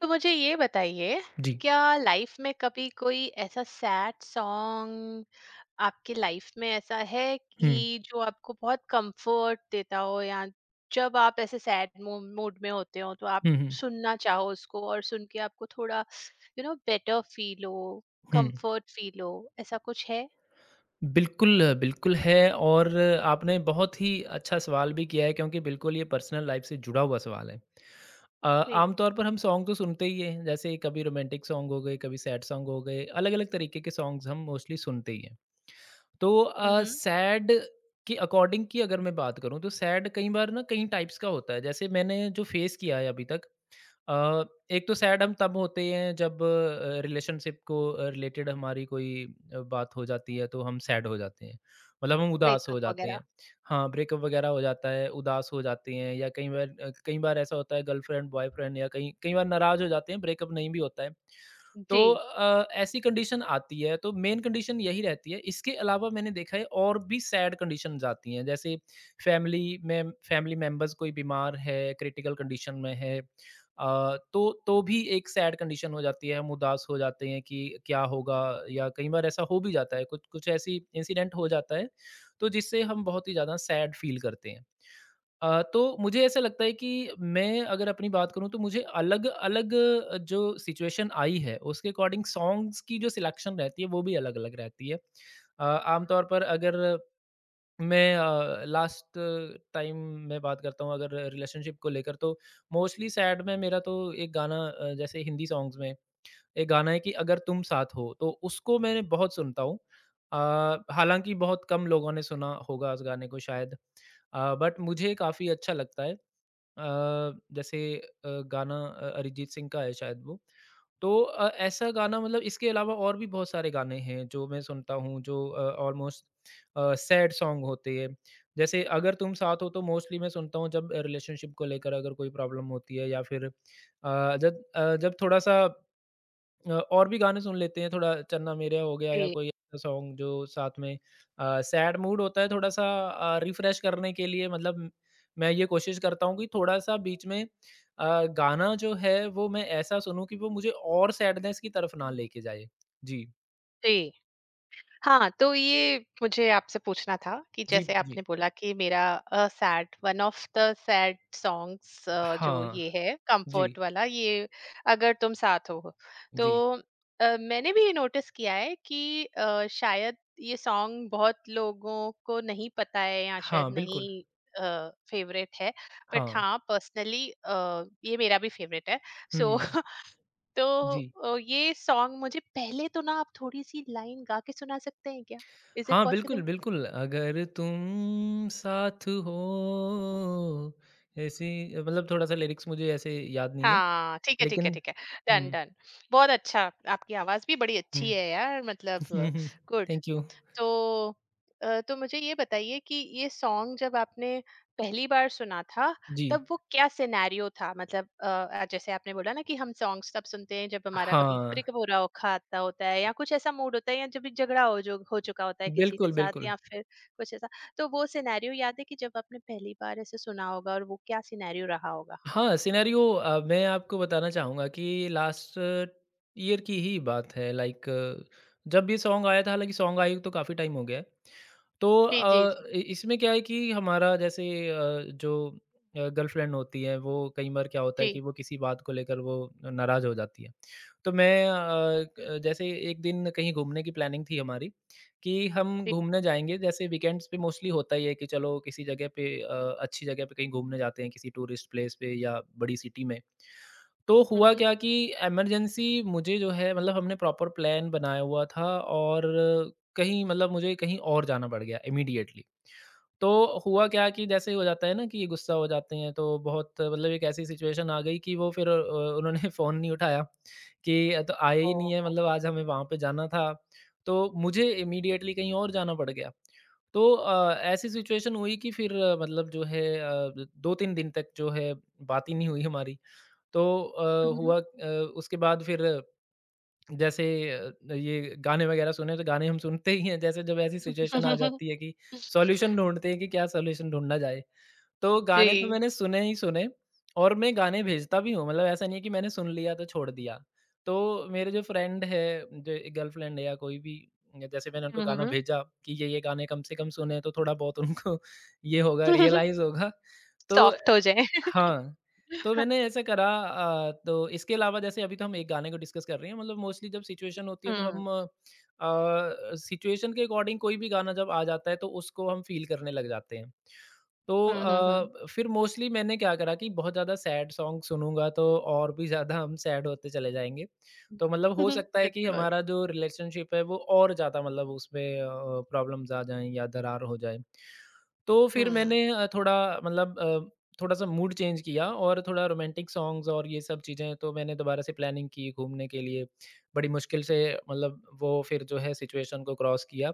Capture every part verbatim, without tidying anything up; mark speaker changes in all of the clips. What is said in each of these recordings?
Speaker 1: तो मुझे ये बताइए,
Speaker 2: जी।
Speaker 1: क्या लाइफ में कभी कोई ऐसा सैड सॉन्ग आपकी लाइफ में ऐसा है
Speaker 2: हुँ।
Speaker 1: कि जो आपको बहुत कंफर्ट देता हो या जब आप ऐसे सैड मूड में होते हो तो आप
Speaker 2: हुँ, हुँ।
Speaker 1: सुनना चाहो उसको और सुन के आपको थोड़ा यू नो बेटर फील हो,
Speaker 2: हुँ।
Speaker 1: कंफर्ट फील हो, ऐसा कुछ है?
Speaker 2: बिल्कुल, बिल्कुल है और आपने बहुत ही अच्छा सवाल भी किया है क्योंकि बिल्कुल ये पर्सनल लाइफ़ से जुड़ा हुआ सवाल है। अ,
Speaker 1: जी।
Speaker 2: आम तौर पर हम सॉन्ग तो सुनते ही हैं, जैसे कभी रोमांटिक सॉन्ग हो गए, कभी सैड सॉन्ग हो गए, अलग-अलग तरीके के सॉन्ग्स हम मोस्टली सुनते ही हैं। तो
Speaker 1: हुँ,
Speaker 2: अ,
Speaker 1: हुँ।
Speaker 2: सैड के अकॉर्डिंग की अगर मैं बात करूँ तो सैड कई बार ना कई टाइप्स का होता है। जैसे मैंने जो फेस किया है अभी तक। अ, एक तो सैड हम तब होते हैं जब अ, रिलेशनशिप को रिलेटेड हमारी कोई अ, बात हो जाती है तो हम सैड हो जाते हैं, मतलब हम उदास
Speaker 1: ब्रेकअप
Speaker 2: हो जाते
Speaker 1: वगैरह।
Speaker 2: हैं। हाँ, ब्रेकअप वगैरह हो जाता है, उदास हो जाते हैं या कई बार अ, कई बार ऐसा होता है गर्लफ्रेंड बॉयफ्रेंड, या कई कई बार नाराज़ हो जाते हैं, ब्रेकअप नहीं भी होता है। तो
Speaker 1: जी,
Speaker 2: अ, ऐसी कंडीशन आती है, तो मेन कंडीशन यही रहती है। इसके अलावा मैंने देखा है और भी सैड कंडीशंस आती हैं, जैसे फैमिली में फैमिली मेंबर्स कोई बीमार है, क्रिटिकल कंडीशन में है। अ, तो तो भी एक सैड कंडीशन हो जाती है, हम उदास हो जाते हैं कि क्या होगा? या कई बार ऐसा हो भी जाता है, कुछ कुछ ऐसी इंसिडेंट हो जाता है, तो जिससे हम बहुत ही ज़्यादा सैड फील करते हैं। अ, तो मुझे ऐसा लगता है कि मैं अगर अपनी बात करूँ तो मुझे अलग-अलग अ, जो सिचुएशन आई है उसके अकॉर्डिंग सॉन्ग्स की जो सिलेक्शन रहती है वो भी अलग-अलग रहती है। अ, आम तौर पर अगर मैं अ, लास्ट टाइम मैं बात करता हूँ अगर रिलेशनशिप को लेकर, तो मोस्टली सैड में मेरा तो एक गाना अ, जैसे हिंदी सॉन्ग्स में एक गाना है कि अगर तुम साथ हो, तो उसको मैंने बहुत सुनता हूँ। अ, हालाँकि बहुत कम लोगों ने सुना होगा उस गाने को शायद, अ, बट मुझे काफ़ी अच्छा लगता है। अ, जैसे अ, गाना अ, अरिजीत सिंह का है शायद वो। तो अ, ऐसा गाना, मतलब इसके अलावा और भी बहुत सारे गाने हैं जो मैं सुनता हूँ, जो अ, ऑलमोस्ट अ, सैड सॉन्ग होते हैं। जैसे अगर तुम साथ हो तो मोस्टली मैं सुनता हूँ जब रिलेशनशिप को लेकर अगर कोई प्रॉब्लम होती है, या फिर अ, जब अ, जब थोड़ा-सा अ, और भी गाने सुन लेते हैं, थोड़ा चन्ना मेरेया हो गया या
Speaker 1: जी,
Speaker 2: कोई ऐसा सॉन्ग जो साथ में अ, सैड मूड होता है, थोड़ा-सा अ, रिफ्रेश करने के लिए, मतलब म- मैं ये कोशिश करता हूँ कि थोड़ा-सा बीच में अ, गाना जो है वो मैं ऐसा सुनूँ कि वो मुझे और सैडनेस की तरफ ना लेके जाए। जी,
Speaker 1: जी। हाँ, तो ये मुझे आपसे पूछना था कि
Speaker 2: जी,
Speaker 1: जैसे
Speaker 2: जी।
Speaker 1: आपने बोला कि मेरा अ, sad one of the sad songs अ, जो
Speaker 2: हाँ,
Speaker 1: ये है कंफर्ट
Speaker 2: जी,
Speaker 1: वाला ये अगर तुम साथ हो। तो
Speaker 2: जी।
Speaker 1: अ, मैंने भी ये नोटिस किया है कि अ, शायद ये सॉन्ग बहुत लोगों को नहीं पता है या
Speaker 2: हाँ,
Speaker 1: शायद
Speaker 2: बिल्कुल।
Speaker 1: नहीं फेवरेट है, बट
Speaker 2: हाँ।
Speaker 1: हाँ, पर्सनली ये मेरा भी फेवरेट है, सो
Speaker 2: हुँ,
Speaker 1: तो
Speaker 2: जी।
Speaker 1: अ, ये सॉन्ग मुझे पहले तो ना आप थोड़ी-सी लाइन गा के सुना सकते हैं क्या? इज़ इट
Speaker 2: हाँ, बिल्कुल,
Speaker 1: पॉसिबल?
Speaker 2: बिल्कुल। अगर तुम साथ हो, ऐसी, मतलब थोड़ा-सा लिरिक्स मुझे ऐसे याद नहीं है,
Speaker 1: हाँ, ठीक है, ठीक है,
Speaker 2: लेकिन।
Speaker 1: ठीक है। Done,
Speaker 2: hmm,
Speaker 1: done. बहुत अच्छा, आपकी आवाज़ भी बड़ी
Speaker 2: हुँ।
Speaker 1: अच्छी है यार, मतलब गुड।
Speaker 2: Thank you.
Speaker 1: तो अ, तो मुझे ये बताइए कि ये सॉन्ग जब आपने पहली बार सुना था,
Speaker 2: जी।
Speaker 1: तब वो क्या सिनेरियो था? मतलब अ अ, जैसे आपने बोला ना कि हम सॉन्ग्स तब सुनते हैं जब हमारा कभी
Speaker 2: हाँ,
Speaker 1: ब्रेकअप हो रहा औखा आता होता है, या कुछ ऐसा मूड होता है, या जब भी झगड़ा हो जो हो चुका होता है किसी के
Speaker 2: बिल्कुल,
Speaker 1: साथ,
Speaker 2: बिल्कुल।
Speaker 1: या फिर कुछ ऐसा। तो वो सिनेरियो याद है कि जब आपने पहली बार ऐसे सुना होगा, और वो क्या सिनेरियो रहा होगा?
Speaker 2: हाँ, सिनेरियो अ, मैं आपको बताना चाहूँगा कि लास्ट ईयर की ही बात है, लाइक जब ये सॉन्ग आया था, हालाँकि सॉन्ग आए तो काफ़ी टाइम हो गया है। तो
Speaker 1: जी, जी,
Speaker 2: अ,
Speaker 1: जी।
Speaker 2: इ इसमें क्या है कि हमारा जैसे अ, जो अ, गर्लफ्रेंड होती है वो कई बार क्या होता है
Speaker 1: जी,
Speaker 2: कि वो किसी बात को लेकर वो नाराज़ हो जाती है। तो मैं अ, क जैसे एक दिन कहीं घूमने की प्लानिंग थी हमारी कि हम
Speaker 1: जी।
Speaker 2: घूमने जाएँगे। जैसे वीकेंड्स पे मोस्टली होता ही है कि चलो किसी जगह पे अ, अच्छी जगह पे कहीं घूमने जाते हैं, किसी टूरिस्ट प्लेस पे या बड़ी सिटी में। तो
Speaker 1: हुँ,
Speaker 2: हुआ
Speaker 1: हुँ।
Speaker 2: क्या कि इमरजेंसी मुझे जो है, मतलब हमने प्रॉपर प्लान बनाया हुआ था और कहीं, मतलब मुझे कहीं और जाना पड़ गया इमीडिएटली। तो
Speaker 1: हुँ।
Speaker 2: हुआ क्या कि जैसे ही हो जाता है ना कि गुस्सा हो जाते हैं तो बहुत, मतलब एक ऐसी सिचुएशन आ गई कि वो फिर अ, उन्होंने फ़ोन नहीं उठाया कि अ, तो आया ही नहीं है,
Speaker 1: ओह!
Speaker 2: मतलब आज हमें वहाँ पे जाना था। तो मुझे इमीडिएटली कहीं और जाना पड़ गया। तो अ, ऐसी सिचुएशन हुई कि फिर अ, मतलब जो है अ, दो तीन दिन तक जो है बात ही नहीं हुई हमारी। तो अ,
Speaker 1: हुँ, हुँ।
Speaker 2: हुआ अ, उसके बाद फिर जैसे अ, ये गाने वगैरह सुने, तो गाने हम सुनते ही हैं, जैसे जब ऐसी सिचुएशन आ जाती है कि सॉल्यूशन ढूँढते हैं कि क्या सॉल्यूशन ढूँढा जाए। तो
Speaker 1: जी।
Speaker 2: गाने तो मैंने सुने ही सुने और मैं गाने भेजता भी हूँ, मतलब ऐसा नहीं है कि मैंने सुन लिया तो छोड़ दिया। तो मेरे जो फ्रेंड है, जो गर्लफ्रेंड है या कोई भी, या जैसे मैंने उनको
Speaker 1: हुँ,
Speaker 2: गाना
Speaker 1: हुँ।
Speaker 2: भेजा कि ये, ये गाने कम से कम सुने तो थोड़ा बहुत उनको ये होगा, रियलाइज़ होगा। तो अ,
Speaker 1: सॉफ्ट हो जाएँ।
Speaker 2: हाँ, तो मैंने ऐसा करा। अ, तो इसके अलावा जैसे अभी तो हम एक गाने को डिस्कस कर रहे हैं, मतलब मोस्टली जब सिचुएशन होती है तो
Speaker 1: हुँ।
Speaker 2: हम अ, सिचुएशन के अकॉर्डिंग कोई भी गाना जब आ जाता है तो उसको हम फ़ील करने लग जाते हैं। तो
Speaker 1: हुँ, हुँ, हुँ।
Speaker 2: अ, फिर मोस्टली मैंने क्या करा कि बहुत ज़्यादा सैड सॉन्ग सुनूँगा तो और भी ज़्यादा हम सैड होते चले जाएँगे। तो मतलब हो सकता है कि
Speaker 1: बिल्कुल।
Speaker 2: हमारा जो रिलेशनशिप है वो और ज़्यादा, मतलब उसमें अ, प्रॉब्लम्स आ जाएँ या दरार हो जाए। तो फिर
Speaker 1: हुँ।
Speaker 2: मैंने अ, थोड़ा, मतलब अ, थोड़ा-सा मूड चेंज किया और थोड़ा रोमांटिक सॉन्ग्स और ये सब चीज़ें, तो मैंने दोबारा से प्लानिंग की घूमने के लिए। बड़ी मुश्किल से, मतलब वो फिर जो है सिचुएशन को क्रॉस किया।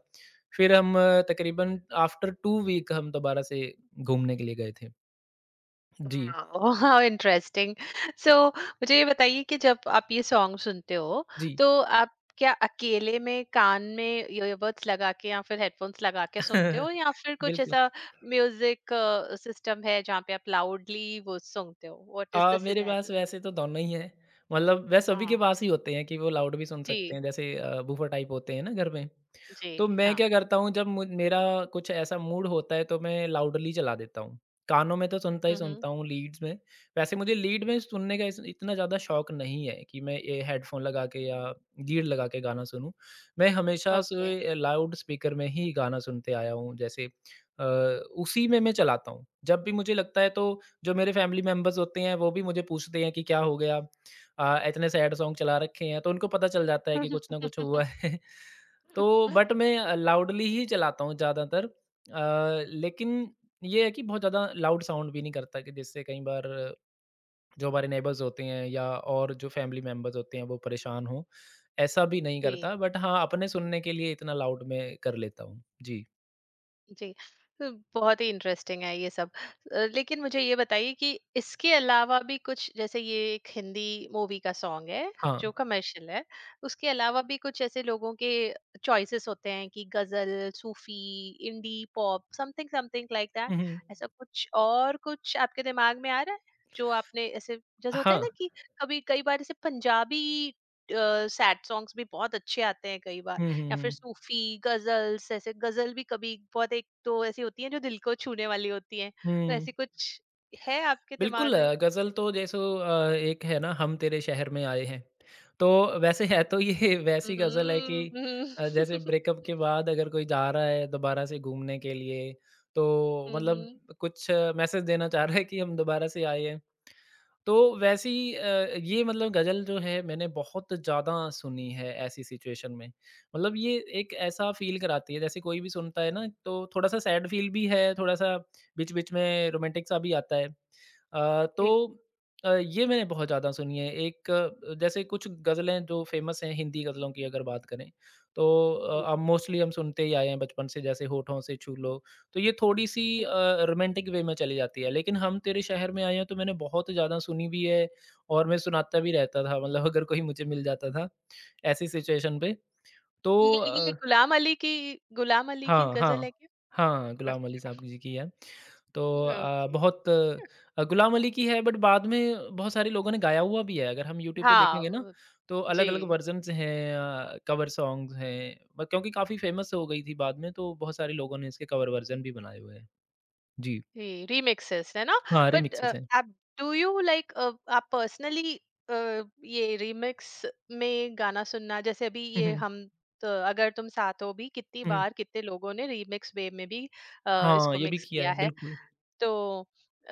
Speaker 2: फिर हम अ, तकरीबन आफ्टर दो वीक हम दोबारा से घूमने के लिए गए थे। जी,
Speaker 1: वाओ! How interesting. सो मुझे ये बताइए कि जब आप ये सॉन्ग सुनते हो,
Speaker 2: जी।
Speaker 1: तो आप क्या अकेले में कान में ईयरबड्स लगा के या फिर हेडफ़ोन्स लगा के सुनते हो, या फिर कुछ
Speaker 2: बिल्कुल।
Speaker 1: ऐसा म्यूज़िक अ, सिस्टम है जहाँ पे आप लाउडली वो सुनते हो? व्हाट इज़
Speaker 2: अ,
Speaker 1: द
Speaker 2: मेरे पास
Speaker 1: सिनेरियो?
Speaker 2: वैसे तो दोनों ही हैं। मतलब वह सभी के
Speaker 1: हाँ।
Speaker 2: पास ही होते हैं कि वो लाउड भी सुन सकते
Speaker 1: जी,
Speaker 2: हैं, जैसे अ, बूफर टाइप होते हैं ना घर में।
Speaker 1: जी,
Speaker 2: तो मैं
Speaker 1: हाँ।
Speaker 2: क्या करता हूँ जब मु मेरा कुछ ऐसा मूड होता है तो मैं लाउडली चला देता हूँ। कानों में तो सुनता ही
Speaker 1: हुँ, हुँ।
Speaker 2: सुनता हूँ, लीड्स में। वैसे मुझे लीड में सुनने का इस इतना ज़्यादा शौक नहीं है कि मैं ये हेडफ़ोन लगा के या लीड लगा के गाना सुनूँ। मैं हमेशा
Speaker 1: ओके।
Speaker 2: से लाउड स्पीकर में ही गाना सुनते आया हूँ, जैसे अ, उसी में मैं चलाता हूँ। जब भी मुझे लगता है तो जो मेरे फैमिली मेंबर्स होते हैं वो भी मुझे पूछते हैं कि क्या हो गया? अ, इतने सैड सॉन्ग चला रखे हैं, तो उनको पता चल जाता है कि कुछ ना कुछ हुआ है। तो बट मैं लाउडली ही चलाता हूँ ज़्यादातर, अ, लेकिन ये है कि बहुत ज़्यादा लाउड साउंड भी नहीं करता कि जिससे कई बार जो हमारे नेबर्स होते हैं या और जो फैमिली मेंबर्स होते हैं वो परेशान हों, ऐसा भी नहीं
Speaker 1: जी।
Speaker 2: करता। बट हाँ, अपने सुनने के लिए इतना लाउड मैं कर लेता हूँ। जी,
Speaker 1: जी, तो बहुत ही इंटरेस्टिंग है ये सब। अ, लेकिन मुझे ये बताइए कि इसके अलावा भी कुछ, जैसे ये एक हिंदी मूवी का सॉन्ग है,
Speaker 2: हाँ।
Speaker 1: जो कमर्शियल है, उसके अलावा भी कुछ ऐसे लोगों के चॉइसेस होते हैं कि ghazal, Sufi, indie pop, something something like that.
Speaker 2: हुँ, हुँ।
Speaker 1: ऐसा कुछ और कुछ आपके दिमाग में आ रहा है? जो आपने ऐसे, जैसे होता
Speaker 2: हाँ।
Speaker 1: है ना कि कभी कई बार ऐसे पंजाबी अ, सैड सॉन्ग्स भी बहुत अच्छे आते हैं कई बार।
Speaker 2: हुँ, हुँ,
Speaker 1: या फिर
Speaker 2: हुँ।
Speaker 1: सूफी गजल्स, ऐसे गजल भी कभी बहुत, एक तो ऐसी होती है जो दिल को छूने वाली होती है, तो
Speaker 2: हुँ।
Speaker 1: ऐसी कुछ है आपके
Speaker 2: बिल्कुल,
Speaker 1: दिमाग में?
Speaker 2: अ, गज़ल तो जैसे अ, एक है ना, हम तेरे शहर में आए हैं। तो वैसे है तो ये वैसी गज़ल है कि
Speaker 1: हम्म, हम्म,
Speaker 2: अ, जैसे ब्रेकअप के बाद अगर कोई जा रहा है दोबारा से घूमने के लिए, तो मतलब
Speaker 1: हम्म,
Speaker 2: कुछ मैसेज देना चाह रहा है कि हम दोबारा से आए हैं। तो वैसी, अ, ये मतलब गज़ल जो है मैंने बहुत ज़्यादा सुनी है ऐसी सिचुएशन में। मतलब ये एक ऐसा फ़ील कराती है जैसे कोई भी सुनता है ना तो थोड़ा-सा सैड फ़ील भी है, थोड़ा-सा बीच-बीच में रोमांटिक सा भी आता है। अ, तो
Speaker 1: जी,
Speaker 2: अ, ये मैंने बहुत ज़्यादा सुनी है। एक अ, जैसे कुछ गज़लें जो फ़ेमस हैं, हिंदी गज़लों की अगर बात करें तो अ,
Speaker 1: जी,
Speaker 2: अब मोस्टली हम सुनते ही आए हैं बचपन से, जैसे होठों से छू लो, तो ये थोड़ी-सी
Speaker 1: जी।
Speaker 2: अ, रोमांटिक वे में चली जाती है, लेकिन हम तेरे शहर में आए हैं तो मैंने बहुत ज़्यादा सुनी भी है, और मैं सुनाता भी रहता था, मतलब अगर कोई मुझे मिल जाता था ऐसी सिचुएशन पे। तो
Speaker 1: ये ये
Speaker 2: अ,
Speaker 1: गुलाम अली की, गुलाम अली की
Speaker 2: हाँ,
Speaker 1: गजल है
Speaker 2: हाँ।
Speaker 1: क्या?
Speaker 2: हाँ, गुलाम अली साहब जी की है। तो
Speaker 1: अच्छा
Speaker 2: अ,
Speaker 1: ओके।
Speaker 2: बहुत, अ, गुलाम अली की है, बट बाद में बहुत सारे लोगों ने गाया हुआ भी है। अगर हम यूट्यूब पे
Speaker 1: हाँ,
Speaker 2: देखेंगे ना,
Speaker 1: वो-
Speaker 2: तो अलग-अलग
Speaker 1: जी।
Speaker 2: वर्जन्स हैं, अ, कवर सॉन्ग्स हैं, ब क्योंकि काफ़ी फेमस हो गई थी बाद में तो बहुत सारे लोगों ने इसके कवर वर्जन भी बनाए हुए हैं। जी।
Speaker 1: जी, रीमिक्सेस, है ना?
Speaker 2: हाँ,
Speaker 1: बट अ,
Speaker 2: रिमिक्सेज़ हैं।
Speaker 1: आप, डू यू लाइक अ, आप पर्सनली अ, ये रीमिक्स में गाना सुनना, जैसे अभी
Speaker 2: हुँ,
Speaker 1: ये
Speaker 2: हुँ।
Speaker 1: हम त अगर तुम साथ हो, भी कितनी
Speaker 2: हुँ, हुँ।
Speaker 1: बार कितने लोगों ने रीमिक्स वे में भी अ,
Speaker 2: हाँ,
Speaker 1: इसको
Speaker 2: ये भी
Speaker 1: मिक्स
Speaker 2: किया
Speaker 1: किया
Speaker 2: है,
Speaker 1: है।
Speaker 2: बिल्कुल।
Speaker 1: तो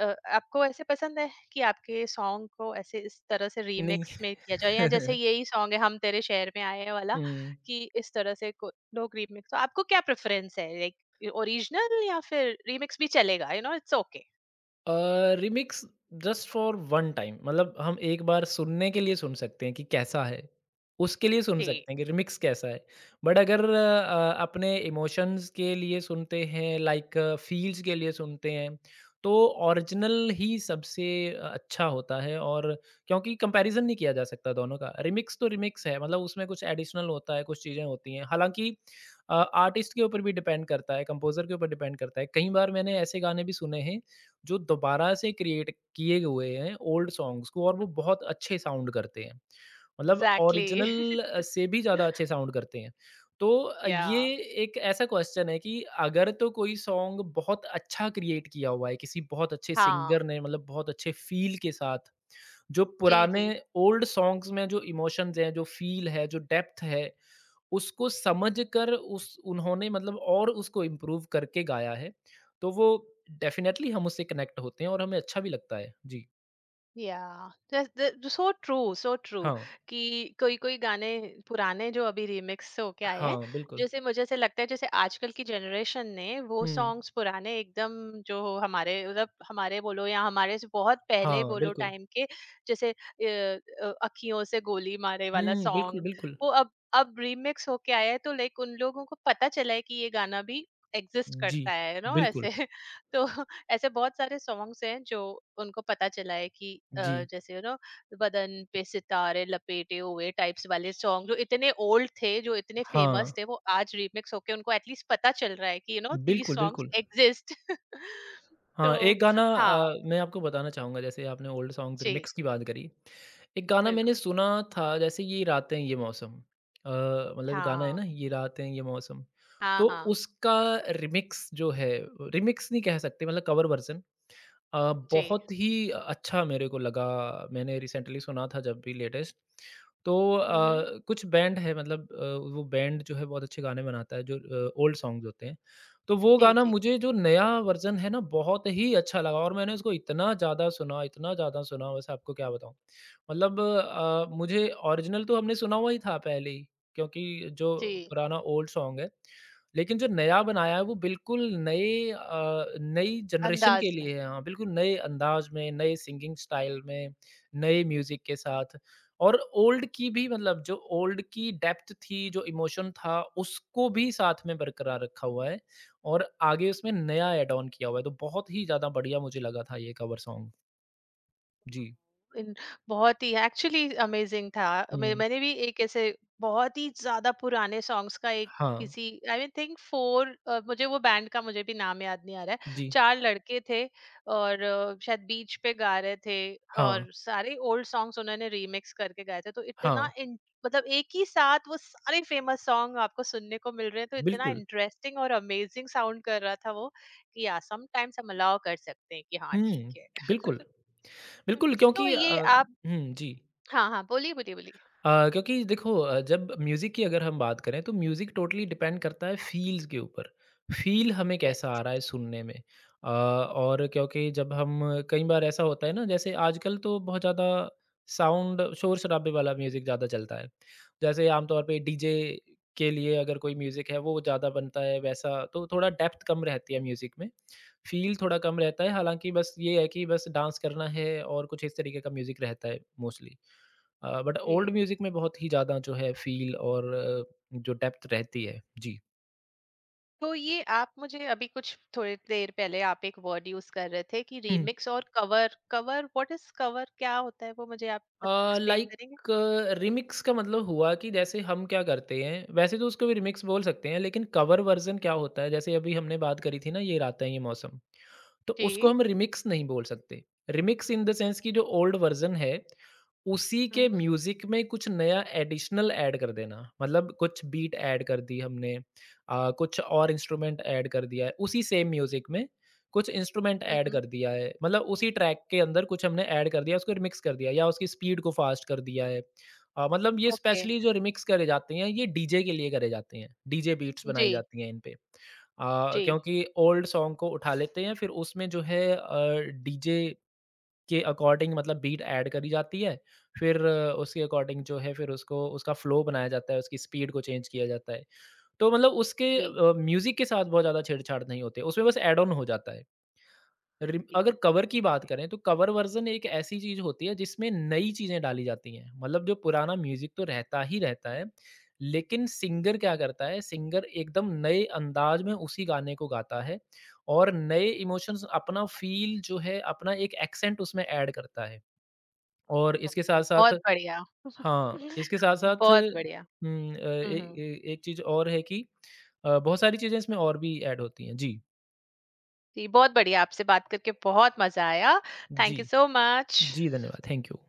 Speaker 1: अ, आपको ऐसे पसंद है कि आपके सॉन्ग को ऐसे इस तरह से
Speaker 2: नहीं।
Speaker 1: रीमिक्स में किया जाए, या जैसे यही सॉन्ग है हम तेरे शहर में आए हैं वाला,
Speaker 2: हुँ।
Speaker 1: कि इस तरह से को- लोग रीमिक्स, तो आपको क्या प्रेफरेंस है, लाइक ओरिजिनल या फिर रीमिक्स भी चलेगा, you know it's okay?
Speaker 2: Uh, remix just for one time, मतलब हम एक बार सुनने के लिए सुन सकते हैं कि कैसा है, उसके लिए सुन
Speaker 1: जी,
Speaker 2: सकते हैं कि रिमिक्स कैसा है। बट अगर अ, अपने इमोशंस के लिए सुनते हैं, लाइक फील्स के लिए सुनते हैं, तो ओरिजिनल ही सबसे अच्छा होता है, और क्योंकि कंपैरिज़न नहीं किया जा सकता दोनों का। रिमिक्स तो रिमिक्स है, मतलब उसमें कुछ एडिशनल होता है, कुछ चीज़ें होती हैं। हालाँकि अ, आर्टिस्ट के ऊपर भी डिपेंड करता है, कंपोज़र के ऊपर डिपेंड करता है। कई बार मैंने ऐसे गाने भी सुने हैं जो दोबारा से क्रिएट किए हुए हैं ओल्ड सॉन्ग्स को और वो बहुत अच्छे साउंड करते हैं। मतलब
Speaker 1: एग्जैक्टली।
Speaker 2: ओरिजिनल अ, से भी ज़्यादा अच्छे साउंड करते हैं। तो अ,
Speaker 1: या,
Speaker 2: ये एक ऐसा क्वेश्चन है कि अगर तो कोई सॉन्ग बहुत अच्छा क्रिएट किया हुआ है, किसी बहुत अच्छे
Speaker 1: हाँ,
Speaker 2: सिंगर ने मतलब बहुत अच्छे फ़ील के साथ, जो
Speaker 1: जी,
Speaker 2: पुराने
Speaker 1: जी।
Speaker 2: ओल्ड सॉन्ग्स में जो इमोशंस हैं, जो फ़ील है, जो डेप्थ है उसको समझकर उस उन्होंने मतलब और उसको इम्प्रूव करके गाया है, तो वो डेफ़िनेटली हम उससे कनेक्ट होते हैं और हमें अच्छा भी लगता है। जी।
Speaker 1: Yeah, that's that's so true, so true
Speaker 2: हाँ।
Speaker 1: कि कोई कोई गाने पुराने जो अभी रिमिक्स होके आए हैं,
Speaker 2: हाँ, बिल्कुल।
Speaker 1: जैसे मुझे ऐसे लगता है जैसे आजकल की जनरेशन ने वो
Speaker 2: हुँ।
Speaker 1: सॉन्ग्स पुराने एकदम जो हमारे, मतलब हमारे बोलो या हमारे से बहुत पहले
Speaker 2: हाँ,
Speaker 1: बोलो
Speaker 2: बिल्कुल।
Speaker 1: टाइम के, जैसे अ, अ, अखियों से गोली मारे वाला
Speaker 2: हुँ, बिल्कुल,
Speaker 1: सॉन्ग,
Speaker 2: बिल्कुल।
Speaker 1: वो अब अब रिमिक्स होके आया है तो लाइक उन लोगों को पता चला है कि ये गाना भी एग्जिस्ट
Speaker 2: जी,
Speaker 1: करता है, नो,
Speaker 2: बिल्कुल।
Speaker 1: ऐसे। तो ऐसे बहुत सारे सॉन्ग्स हैं जो उनको पता चला है कि अ,
Speaker 2: जी।
Speaker 1: जैसे, यू नो बदन पे सितारे लपेटे हुए टाइप्स वाले सॉन्ग जो इतने ओल्ड थे, जो इतने
Speaker 2: हाँ,
Speaker 1: फेमस थे, वो आज रीमिक्स होके उनको एटलीस्ट पता चल रहा है कि यू नो दीज
Speaker 2: बिल्कुल,
Speaker 1: सॉन्ग्स
Speaker 2: बिल्कुल।
Speaker 1: एग्जिस्ट। तो,
Speaker 2: हाँ, एक गाना
Speaker 1: हाँ,
Speaker 2: अ, मैं आपको बताना चाहूँगा जैसे आपने ओल्ड सॉन्ग्स
Speaker 1: जी,
Speaker 2: रिमिक्स की बात करी। एक गाना मैंने
Speaker 1: बिल्कुल।
Speaker 2: सुना था जैसे ये रातें ये मौसम अ, मतलब गाना है ना
Speaker 1: हाँ,
Speaker 2: ये रातें ये मौसम। तो
Speaker 1: हाँ, हाँ।
Speaker 2: उसका रिमिक्स जो है रिमिक्स नहीं कह सकते मतलब कवर वर्ज़न अ,
Speaker 1: जी।
Speaker 2: बहुत ही अच्छा मेरे को लगा मैंने रिसेंटली सुना था जब भी लेटेस्ट तो
Speaker 1: हम्म, हम्म,
Speaker 2: अ, कुछ बैंड है मतलब अ, वो बैंड जो है बहुत अच्छे गाने बनाता है जो ओल्ड सॉन्ग्स होते हैं तो वो
Speaker 1: जी,
Speaker 2: गाना
Speaker 1: जी,
Speaker 2: मुझे जो नया वर्जन है ना बहुत ही अच्छा लगा और मैंने उसको इतना ज़्यादा सुना इतना ज़्यादा सुना वैसे आपको क्या बताऊँ मतलब अ, मुझे ओरिजिनल तो हमने सुना हुआ ही था पहले ही क्योंकि जो
Speaker 1: जी,
Speaker 2: पुराना ओल्ड सॉन्ग है लेकिन जो नया बनाया है वो बिल्कुल नए अ, नई जनरेशन के
Speaker 1: अंदाज में।
Speaker 2: लिए है। हाँ, बिल्कुल नए अंदाज में, नए सिंगिंग स्टाइल में, नए म्यूज़िक के साथ और ओल्ड की भी मतलब जो ओल्ड की डेप्थ थी, जो इमोशन था, उसको भी साथ में बरकरार रखा हुआ है और आगे उसमें नया ऐड ऑन किया हुआ है, तो बहुत ही ज़्यादा बढ़िया मुझे लगा था ये कवर सॉन्ग। जी।
Speaker 1: इन बहुत ही एक्चुअली अमेजिंग था। मैं
Speaker 2: हुँ।
Speaker 1: मैंने भी एक ऐसे बहुत ही ज़्यादा पुराने सॉन्ग्स का, एक
Speaker 2: हाँ।
Speaker 1: किसी आई थिंक फोर, अ, मुझे वो बैंड का मुझे भी नाम याद नहीं आ रहा है।
Speaker 2: जी।
Speaker 1: चार लड़के थे और अ, शायद बीच पे गा रहे थे
Speaker 2: हाँ।
Speaker 1: और सारे ओल्ड सॉन्ग्स उन्होंने रीमिक्स करके गाए थे। तो
Speaker 2: हाँ।
Speaker 1: इतना इन मतलब एक ही साथ वो सारे फेमस सॉन्ग आपको सुनने को मिल रहे हैं, तो इतना
Speaker 2: बिल्कुल।
Speaker 1: इंटरेस्टिंग और अमेजिंग साउंड कर रहा था वो, कि या समटाइम्स हम अलाउ कर सकते हैं कि हाँ, ठीक
Speaker 2: हुँ,
Speaker 1: है।
Speaker 2: बिल्कुल। बिल्कुल
Speaker 1: तो
Speaker 2: क्योंकि अ,
Speaker 1: ये आप,
Speaker 2: हुँ, जी।
Speaker 1: हाँ, हाँ, बोलिए, बोलिए, बोलिए।
Speaker 2: अ, क्योंकि देखो अ, जब म्यूज़िक की अगर हम बात करें तो म्यूज़िक टोटली डिपेंड करता है फ़ील्स के ऊपर। फ़ील हमें कैसा आ
Speaker 1: यस।
Speaker 2: रहा है सुनने में। अ, और क्योंकि जब हम कई बार ऐसा होता है ना जैसे आजकल तो बहुत ज़्यादा साउंड शोर-शराबे वाला म्यूज़िक ज़्यादा चलता है। जैसे आमतौर पे डीजे के लिए अगर कोई म्यूज़िक है वो ज़्यादा बनता है वैसा तो थोड़ा डेप्थ कम रहती है म्यूज़िक में। फ़ील थोड़ा कम रहता है हालाँकि बस ये है कि बस डांस करना है और कुछ इस तरीके का म्यूज़िक रहता है मोस्टली। अ, बट ओल्ड
Speaker 1: जी,
Speaker 2: म्यूज़िक में बहुत ही ज़्यादा जो है फ़ील और अ, जो डेप्थ रहती है। जी।
Speaker 1: तो ये आप मुझे अभी कुछ थोड़ी देर पहले आप एक वर्ड यूज़ कर रहे थे कि
Speaker 2: हुँ।
Speaker 1: रीमिक्स और cover, cover, what is cover? क्या होता है वो मुझे आप बत
Speaker 2: अ,
Speaker 1: एक्सप्लेन
Speaker 2: लाइक
Speaker 1: करेंगे?
Speaker 2: रीमिक्स का मतलब हुआ कि जैसे हम क्या करते हैं वैसे तो उसको भी रीमिक्स बोल सकते हैं लेकिन कवर वर्ज़न क्या होता है जैसे अभी हमने बात करी थी ना ये रात है ये मौसम, तो उसको
Speaker 1: जी।
Speaker 2: हम रीमिक्स नहीं बोल सकते। रीमिक्स इन द सेंस कि जो ओल्ड वर्ज़न है उसी
Speaker 1: हुँ,
Speaker 2: के
Speaker 1: हुँ,
Speaker 2: म्यूज़िक में कुछ नया एडिशनल ऐड कर देना। मतलब कुछ बीट ऐड कर दी हमने, अ, कुछ और इंस्ट्रूमेंट ऐड कर दिया है, उसी सेम म्यूज़िक में कुछ इंस्ट्रूमेंट
Speaker 1: हुँ,
Speaker 2: ऐड
Speaker 1: हुँ,
Speaker 2: कर दिया है। मतलब उसी ट्रैक के अंदर कुछ हमने ऐड कर दिया, उसको रिमिक्स कर दिया या उसकी स्पीड को फ़ास्ट कर दिया है। अ, मतलब ये
Speaker 1: ओके।
Speaker 2: स्पेशली जो रिमिक्स करे जाते हैं, ये डीजे के लिए करे जाते हैं। डीजे बीट्स बनाई
Speaker 1: जी,
Speaker 2: जाती हैं इन पे। अ,
Speaker 1: जी,
Speaker 2: क्योंकि ओल्ड सॉन्ग को उठा लेते हैं, फिर उसमें जो है अ, डीजे के अकॉर्डिंग मतलब बीट ऐड करी जाती है। फिर अ, उसके अकॉर्डिंग जो है फिर उसको उसका फ्लो बनाया जाता है, उसकी स्पीड को चेंज किया जाता है। तो मतलब उसके
Speaker 1: जी,
Speaker 2: अ, म्यूज़िक के साथ बहुत ज़्यादा छेड़छाड़ नहीं होती है, उसमें बस ऐड ऑन हो जाता है। रिम
Speaker 1: जी।
Speaker 2: अगर कवर की बात
Speaker 1: अरे,
Speaker 2: करें तो कवर वर्ज़न एक ऐसी चीज़ होती है जिसमें नई चीज़ें डाली जाती हैं। मतलब जो पुराना म्यूज़िक तो रहता ही रहता है, लेकिन सिंगर क्या करता है, सिंगर एकदम नए अंदाज में उसी गाने को गाता है और नए इमोशंस अपना फ़ील जो है, अपना एक एक्सेंट उसमें ऐड करता है। और इसके
Speaker 1: चलिए
Speaker 2: साथ-साथ
Speaker 1: बहुत बढ़िया।
Speaker 2: हाँ, इसके साथ-साथ
Speaker 1: बहुत बढ़िया।
Speaker 2: हुँ, अ,
Speaker 1: हुँ,
Speaker 2: ए
Speaker 1: हुँ।
Speaker 2: ए एक चीज़ और है कि अ, बहुत सारी चीज़ें इसमें और भी ऐड होती हैं। जी,
Speaker 1: जी, बहुत बढ़िया, आपसे बात करके बहुत मज़ा आया।
Speaker 2: जी,
Speaker 1: थैंक यू सो मच।
Speaker 2: जी, धन्यवाद। Thank you.